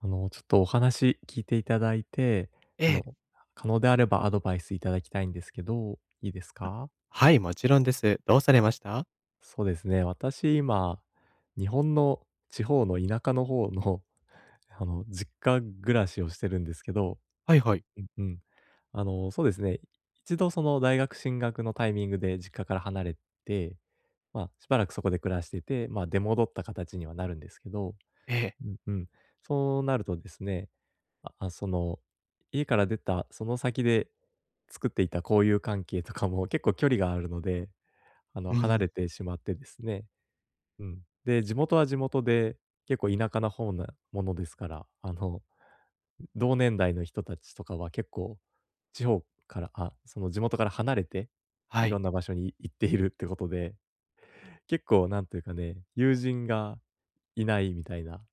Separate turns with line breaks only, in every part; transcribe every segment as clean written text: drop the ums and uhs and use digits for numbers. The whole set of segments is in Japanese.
ちょっとお話聞いていただいて、
え
あ
え。
の、可能であればアドバイスいただきたいんですけど、いいですか？
はい、もちろんです。どうされました？
そうですね、私今、日本の地方の田舎の方の、実家暮らしをしてるんですけど、
はいはい。
うん。そうですね、一度その大学進学のタイミングで実家から離れて、まあ、しばらくそこで暮らしてて、まあ、出戻った形にはなるんですけど。
ええ。
うんうん。そうなるとですね、ああ、その、家から出たその先で作っていた交友関係とかも結構距離があるので、
う
離
ん。
れてしまってですね。うん。で、地元は地元で、結構田舎な方なものですから、同年代の人たちとかは結構地方から、その地元から離れて、
は
いろ
い。
んな場所に行っているってことで、結構なんというかね、友人がいないみたいな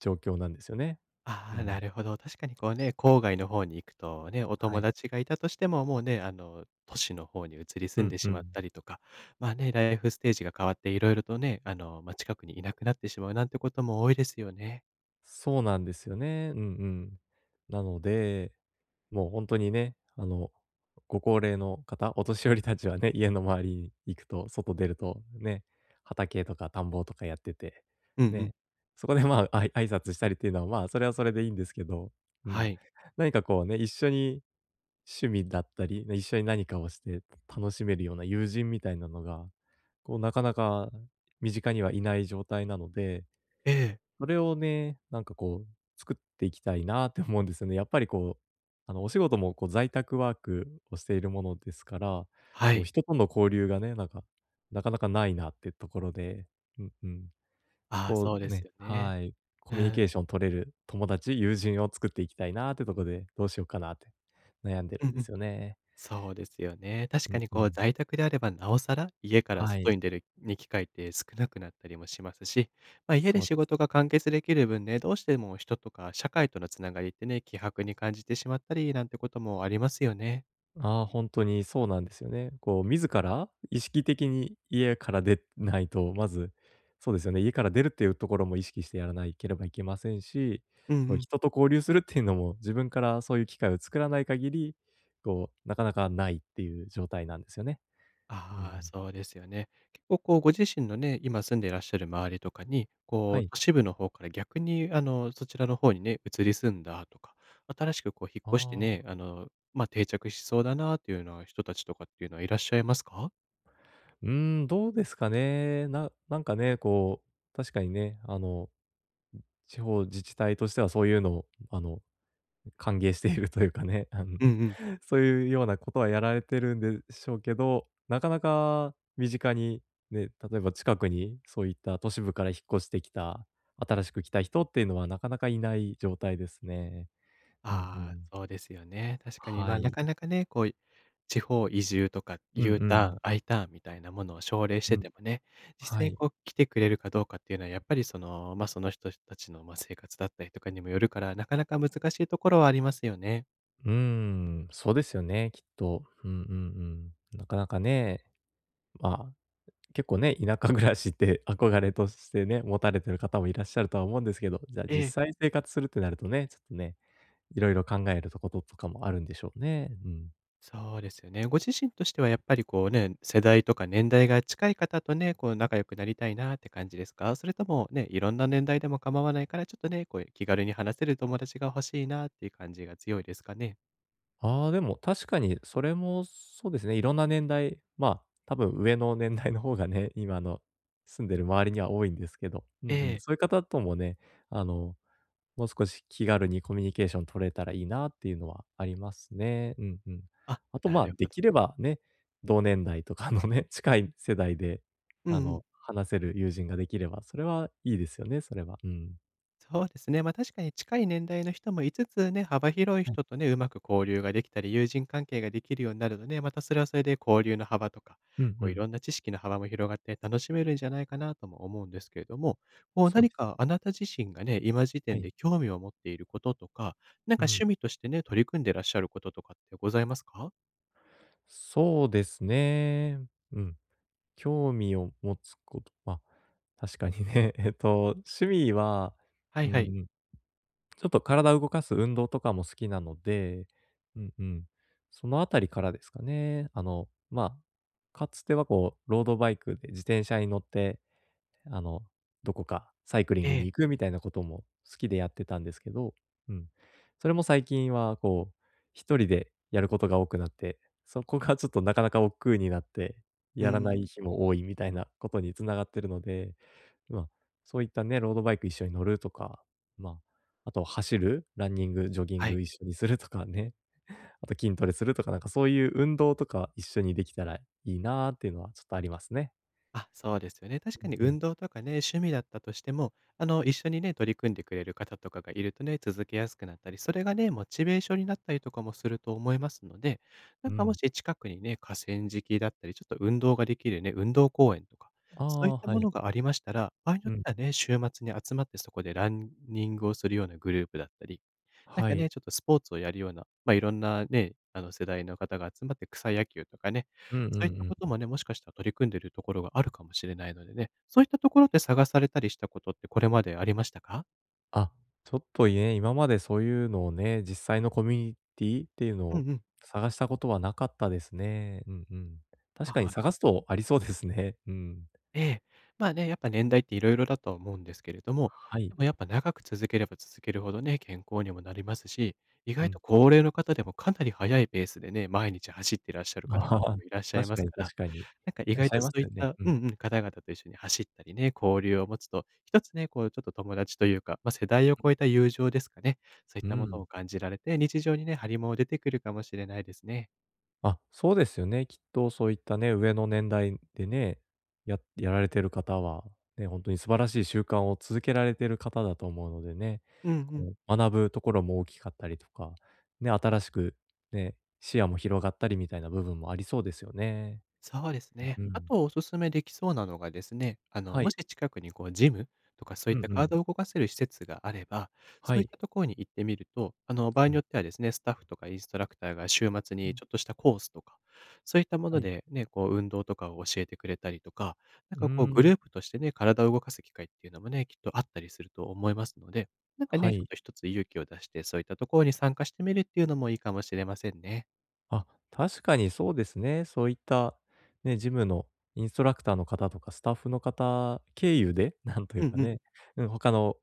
状況なんですよね。
あ
う
あ、な
ん。
るほど。確かにこうね、郊外の方に行くとね、お
は
友
い。
達がいたとしても、もうね、都市の方に移り
う
住ん
ん
で
う
しまっ
ん。
たりとか、まあね、ライフステージが変わっていろいろとね、まあ、近くにいなくなってしまうなんてことも多いですよね。
そうなんですよね。うんうん。なので、もうほんとにね、ご高齢の方、お年寄りたちはね、家の周りに行くと、外出るとね、畑とか田んぼとかやってて、
うんうん。
ね、そこで、まあ、あい挨拶したりっていうのは、まあ、それはそれでいいんですけど、う
は
ん。
い。
何かこうね、一緒に趣味だったり、一緒に何かをして楽しめるような友人みたいなのが、こう、なかなか身近にはいない状態なので、
ええ。
それをね、なんかこう、作っていきたいなって思うんですよね。やっぱりこう、お仕事もこう在宅ワークをしているものですから、
は
こう、
い。
人との交流がね、なんか、なかなかないなってところで、うんうん。そ
ああ、
こを
そうです
ね、
よね。
はい、コ
う
ミュニ
ん。
ケーション取れる友達、友人を作っていきたいなってところで、どうしようかなって悩んで
うん
るんで
うん。
すよね。
そうですよね。確
う
か
ん
に
う
こう
ん。
在宅であればなおさら、家から
は
外
い。
に出るに機会って少なくなったりもしますし、まあ、家で
そうで
仕
す。
事が完結できる分ね、どうしても人とか社会とのつながりってね、希薄に感じてしまったりなんてこともありますよね。
ああ、ほにそうなんですよね。こう自ら意識的に家から出ないと、まず、そうですよね、家から出るっていうところも意識してやらないければいけませんし、
うんう
こう
ん。
人と交流するっていうのも、自分からそういう機会を作らない限り、こう、なかなかないっていう状態なんですよね。うん。
ああ、そうですよね。結構こうご自身のね、今住んでいらっしゃる周りとかに、こ
は
う
い。
都市部の方から逆にそちらの方にね、移り住んだとか、新しくこう引っ越して
あ
ね、
あ、
まあ定着しそうだなっていうような人たちとかっていうのはいらっしゃいますか？
うーどうですかね。なんかね、こう、確かにね、地方自治体としてはそういうのを、歓迎しているというかね、
うんうん。
そういうようなことはやられてるんでしょうけど、なかなか身近に、ね、例えば近くにそういった都市部から引っ越してきた、新しく来た人っていうのはなかなかいない状態ですね。うんう
ああ、
ん。
そうですよね。確かに、ま
は
あ、な
い。
かなかね、こう、地方移住とか
うん
U
う
ターン、
ん。
I ターンみたいなものを奨励して
うん。
てもね、実
は
際に
い。
こう来てくれるかどうかっていうのはやっぱりその、まあ、その人たちの、ま、生活だったりとかにもよるから、なかなか難しいところはありますよね。
そうですよね、きっと。うんうんうん。なかなかね、まあ結構ね、田舎暮らしって 憧れとしてね、持たれてる方もいらっしゃるとは思うんですけど、じゃあ
ええ、
実際生活するってなるとね、ちょっとね、いろいろ考えるとこととかもあるんでしょうね。うん。
そうですよね。ご自身としてはやっぱりこうね、世代とか年代が近い方とね、こう仲良くなりたいなって感じですか？それともね、いろんな年代でも構わないから、ちょっとね、こう気軽に話せる友達が欲しいなっていう感じが強いですかね？
ああ、でも確かにそれもそうですね、いろんな年代、まあ、多分上の年代の方がね、今の住んでる周りには多いんですけど、う
え
んうん、
え。
そういう方ともね、あの、もう少し気軽にコミュニケーション取れたらいいなっていうのはありますね。うんうん。
あ、
あと、
な
まあ、
る
で
ほど。
きればね、同年代とかのね、近い世代で、
うんうん。
話せる友人ができれば、それはいいですよね、それは。うん。
そうですね、ま、確かに近い年代の人もいつつね、幅広い
はい。
人とね、うまく交流ができたり、友人関係ができるようになるとね、またそれはそれで交流の幅とか、
うん
こ
う
うい
ん。
ろんな知識の幅も広がって楽しめるんじゃないかなとも思うんですけれども、こう
そう
何
です。
かあなた自身がね、今時
は
点
い。
で興味を持っていることとか、なん
う
か趣
ん。
味としてね、取り組んでらっしゃることとかってございますか？
そうですね。うん。興味を持つこと、まあ、確かにね、趣味は、
はい
う
はい。
ん。ちょっと体を動かす運動とかも好きなので、うんうん。そのあたりからですかね。まあ、かつてはこう、ロードバイクで自転車に乗ってあの、どこかサイクリン
え
グに
え。
行くみたいなことも好きでやってたんですけど、うん。それも最近はこう、一人でやることが多くなって、そこがちょっとなかなか億劫になって、
う
やらない
ん。
日も多いみたいなことに繋がってるので、まあ、そういったね、ロードバイク一緒に乗るとか、まあ、あと走る、ランニング、ジョギン
はい。
グ一緒にするとかね、あと筋トレするとか、なんかそういう運動とか一緒にできたらいいなっていうのはちょっとありますね。
あ、そうですよね。確かに
うんうん。
運動とかね、趣味だったとしても、一緒にね、取り組んでくれる方とかがいるとね、続けやすくなったり、それがね、モチベーションになったりとかもすると思いますので、な
う
んかも
ん。
し近くにね、河川敷だったり、ちょっと運動ができるね、運動公園とか、
あ
そういっ
あ、
た
は
も
い。
のがありましたら、場合によ
う
って
ん、
はね、週末に集まってそこでランニングをするようなグループだったり、なん
は
かね、
い。
ちょっとスポーツをやるような、まあ、いろんなね、世代の方が集まって草野球とかね、
うんうん
そういったこと
うん。
もね、もしかしたら取り組んでるところがあるかもしれないのでね、そういったところで探されたりしたことってこれまでありましたか？
あ、ちょっとね今までそういうのをね、実際のコミュニティっていうの
うん
を
うん。
探したことはなかったですね。うんうん。確か
あ
に
あ、
探すとありそうですね。うん。
ええ。まあね、やっぱ年代っていろいろだとは思うんですけれども、
は
で
い。
もやっぱ長く続ければ続けるほどね、健康にもなりますし、意
う
外と
ん。
高齢の方でもかなり速いペースでね、毎日走っていらっしゃる 方と
ああ、
かもいらっしゃい
確
ま
か
す
に
から、
確かに。い
なんか意
らっ
外
しゃ
と
い
そ
ます
ういっ
よね。
た
う
う
ん。
んうん、方々と一緒に走ったりね、交流を持つと、一つね、こうちょっと友達というか、ま、世代を超えた友情ですかね、そういっ
う
たもの
ん。
を感じられて、日常にね、張りも出てくるかもしれないですね。
あ、そうですよね。きっとそういったね、上の年代でね、やられてる方は、ね、本当に素晴らしい習慣を続けられてる方だと思うのでね、
うんうん。
こう、学ぶところも大きかったりとか、ね、新しくね、視野も広がったりみたいな部分もありそうですよね。
そうですね。
う
あ
ん。
とおすすめできそうなのがですね、
は
もし
い。
近くにこうジムとかそうい
う
っ
ん
た
うん。
体を動かせる施設があれば、
は
そういっ
い。
たところに行ってみると、場合
う
に
ん、
よってはですね、スタッフとかインストラクターが週末
う
に
ん。
ちょっとしたコースとか、そういったも
は
の
い。
でね、こう運動とかを教えてくれたりとか、なん
うー
かこうグ
ん、
ループとしてね、体を動かす機会っていうのもね、きっとあったりすると思いますので、なんか
は
ね、ちょっ
い。
と一つ勇気を出して、そういったところに参加してみるっていうのもいいかもしれませんね。
あ、確かにそうですね。そういった、ね、ジムのインストラクターの方とかスタッフの方経由で、なんとい
う
うか
んうん。
ね、うん、他の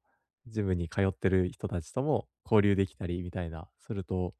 ジムに通ってる人たちとも交流できたりみたいな、すると、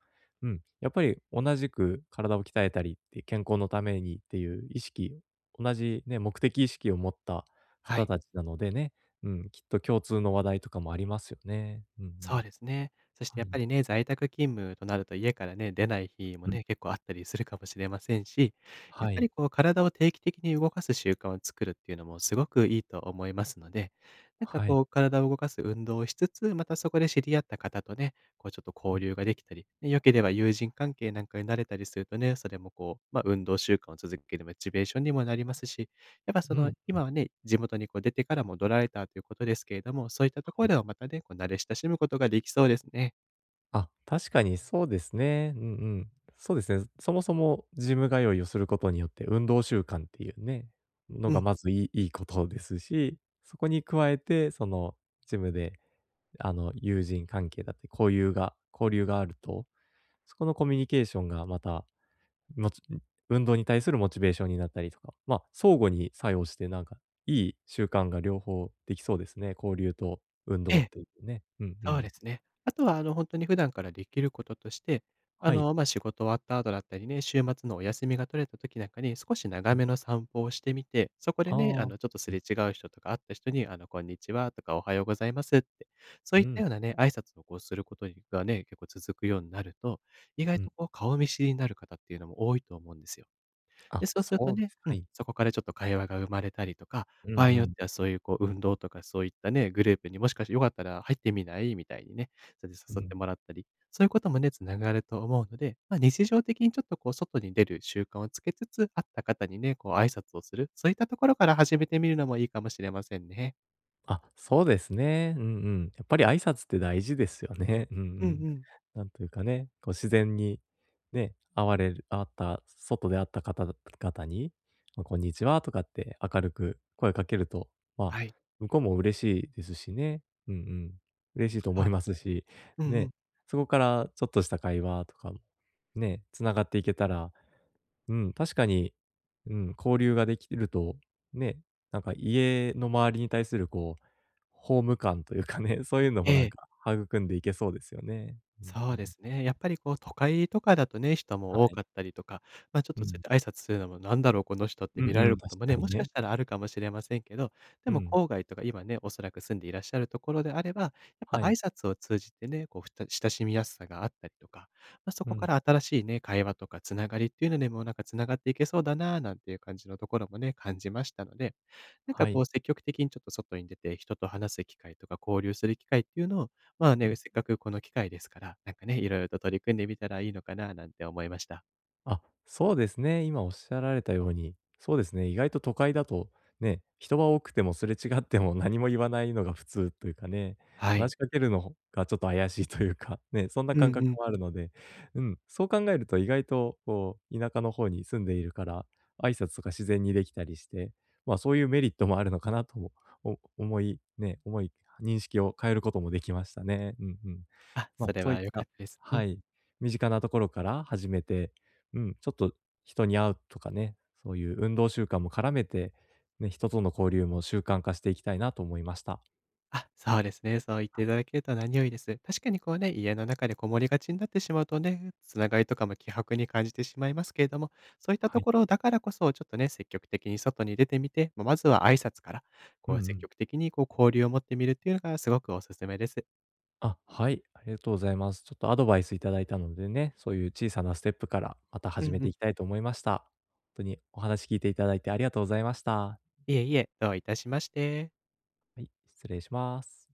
うん、やっぱり同じく体を鍛えたりって、健康のためにっていう意識、同じね、目的意識を持った
は
方
い。
たちなのでね、うん、きっと共通の話題とかもありますよね。うんう
そ
ん。
うですね。そして
は
やっぱ
い。
りね、在宅勤務となると家からね、出ない日も
うん。
ね、結構あったりするかもしれませんし、やっ
は
ぱ
い。
りこう体を定期的に動かす習慣を作るっていうのもすごくいいと思いますので、なんか
はい。
こう体を動かす運動をしつつ、またそこで知り合った方とね、こうちょっと
う
交
ん。
流ができたり、ね良ければ友人関係なんかになれたりするとね、それもこう、まあ運動習慣を続けるモチベーションにもなりますし、やっぱそ
うん。
の、
は
今はね、地元にこう出てからもドラられたということですけれども、そういったところ
い。
ではまたね、こう慣れ親しむことができそうですね。
あ、確かにそうですね。うんうん。そうですね。そもそもジム通いをすることによって、運動習慣っていうね、の
うん。
がまずいいいいことですし、そこに加えて、そのジムで、友人関係だって交流があると、そこのコミュニケーションがまた、もち運動に対するモチベーションになったりとか、まあ、相互に作用して、なんか、いい習慣が両方できそうですね。交流と運
え
動っ
え、
ていうね。うんう
そう
ん。
ですね。あとはあの、本当に普段からできることとして、
はい。
まあ、仕事終わった後だったりね、週末のお休みが取れた時なんかに、少し長
うん。
めの散歩をしてみて、そこで
あ
ね、
あ。は
ちょっとす
い。
れ違う人とか会った人に、こんにちはとか、おはようございますって、そうい
う
った
ん、
ようなね、挨拶をこうすることにがね、結構続くようになると、意外
う
と
ん。
こう顔見知りになる方っていうのも多いと思うんですよ。で、
あ、
そうすると
そうで
ね、
す。
う
は
ん、
い。
そこからちょっと会話が生まれたりとか、
うんう
場合によっ
ん、
てはそういうこう運動とかそういったね、グループにもしかしてよかったら入ってみない？みたいにね、それで
う
誘って
ん。
もらったり、そういうこともね、つながると思うので、まあ、日常的にちょっとこう外に出る習慣をつけつつ、会った方にね、こう挨拶をする、そういったところから始めてみるのもいいかもしれませんね。
あ、そうですね。うんうん。やっぱり挨拶って大事ですよね。うんう
うんう
ん。
ん。
なんというかね、こう自然にね、会われる会った外で会った方に、ま、こんにちはとかって明るく声かけると、まあ、
はい、
向こうも嬉しいですしね。うんうん。嬉しいと
そ
思
う
い
です
ます
ね。
し、
うんう
ね、
ん。
そこからちょっとした会話とかも、ね、つながっていけたら、うん、確かに、うん、交流ができると、ね、なんか家の周りに対するこう、ホーム感というかね、そういうの
え
もなん
え。
か育んでいけそうですよね。うん
そ
う
うで
ん。
すね。やっぱりこう都会とかだとね、人
は
も多
い。
かったりとか、ま、ちょっ
う
とそう
ん。
やって挨拶するのもなんだろう、この人って
う
見
ん
られ
う
る
ん、
こ
確
とも
か
ね、も
に
しか
ね。
したらあるかもしれませんけど、で
う
も
ん。
郊外とか今ね、おそらく住んでいらっしゃるところであれば、やっぱ
は
挨
い。
拶を通じてね、こうふた親しみやすさがあったりとか、まあ、そ
う
こか
ん。
ら新しいね、会話とかつながりっていうのでもなんかつながっていけそうだなあなんていう感じのところもね、感じましたので、なんか
は
こ
い。
う積極的にちょっと外に出て人と話す機会とか交流する機会っていうのをまあ
う
ね、
ん。
せっかくこの機会ですから、なんかね、いろいろと取り組んでみたらいいのかななんて思いました。
あ、そうですね。今おっしゃられたように、そうですね、意外と都会だと、ね、人は多くてもすれ違っても何も言わないのが普通というかね、
はい。
話しかけるのがちょっと怪しいというか、ね、そんな
うん
感覚
うん。
もあるので、うん、そう考えると意外とこう、田舎の方に住んでいるから、挨拶とか自然にできたりして、まあ、そういうメリットもあるのかなとも、お思いね、思い認識を変えることもできましたね。うんうん。
あ、
まあ、
それ
そういっ
は良か
た、
ったです。う
は
ん。
い、身近なところから始めて、うん、ちょっと人に会うとかね、そういう運動習慣も絡めて、ね、人との交流も習慣化していきたいなと思いました。
あ、そうですね。そう言って
は
い
い、
ただけると何よりです。確かにこうね、家の中でこもりがちになってしまうとね、つながりとかも希薄に感じてしまいますけれども、そういった
は
と
い。
ころだからこそ、ちょっとね、積極的に外に出てみて、ま、まずは挨拶から、
う
こ
んう
う積
ん。
極的にこう交流を持ってみるっていうのがすごくおすすめです。
あ、はい、ありがとうございます。ちょっとアドバイスいただいたのでね、そういう小さなステップからまた
う
始め
んう
て
ん。
いきたいと思いました。本当にお話聞いていただいてありがとうございました。
いえいえ、どういたしまして。
はい、失礼します。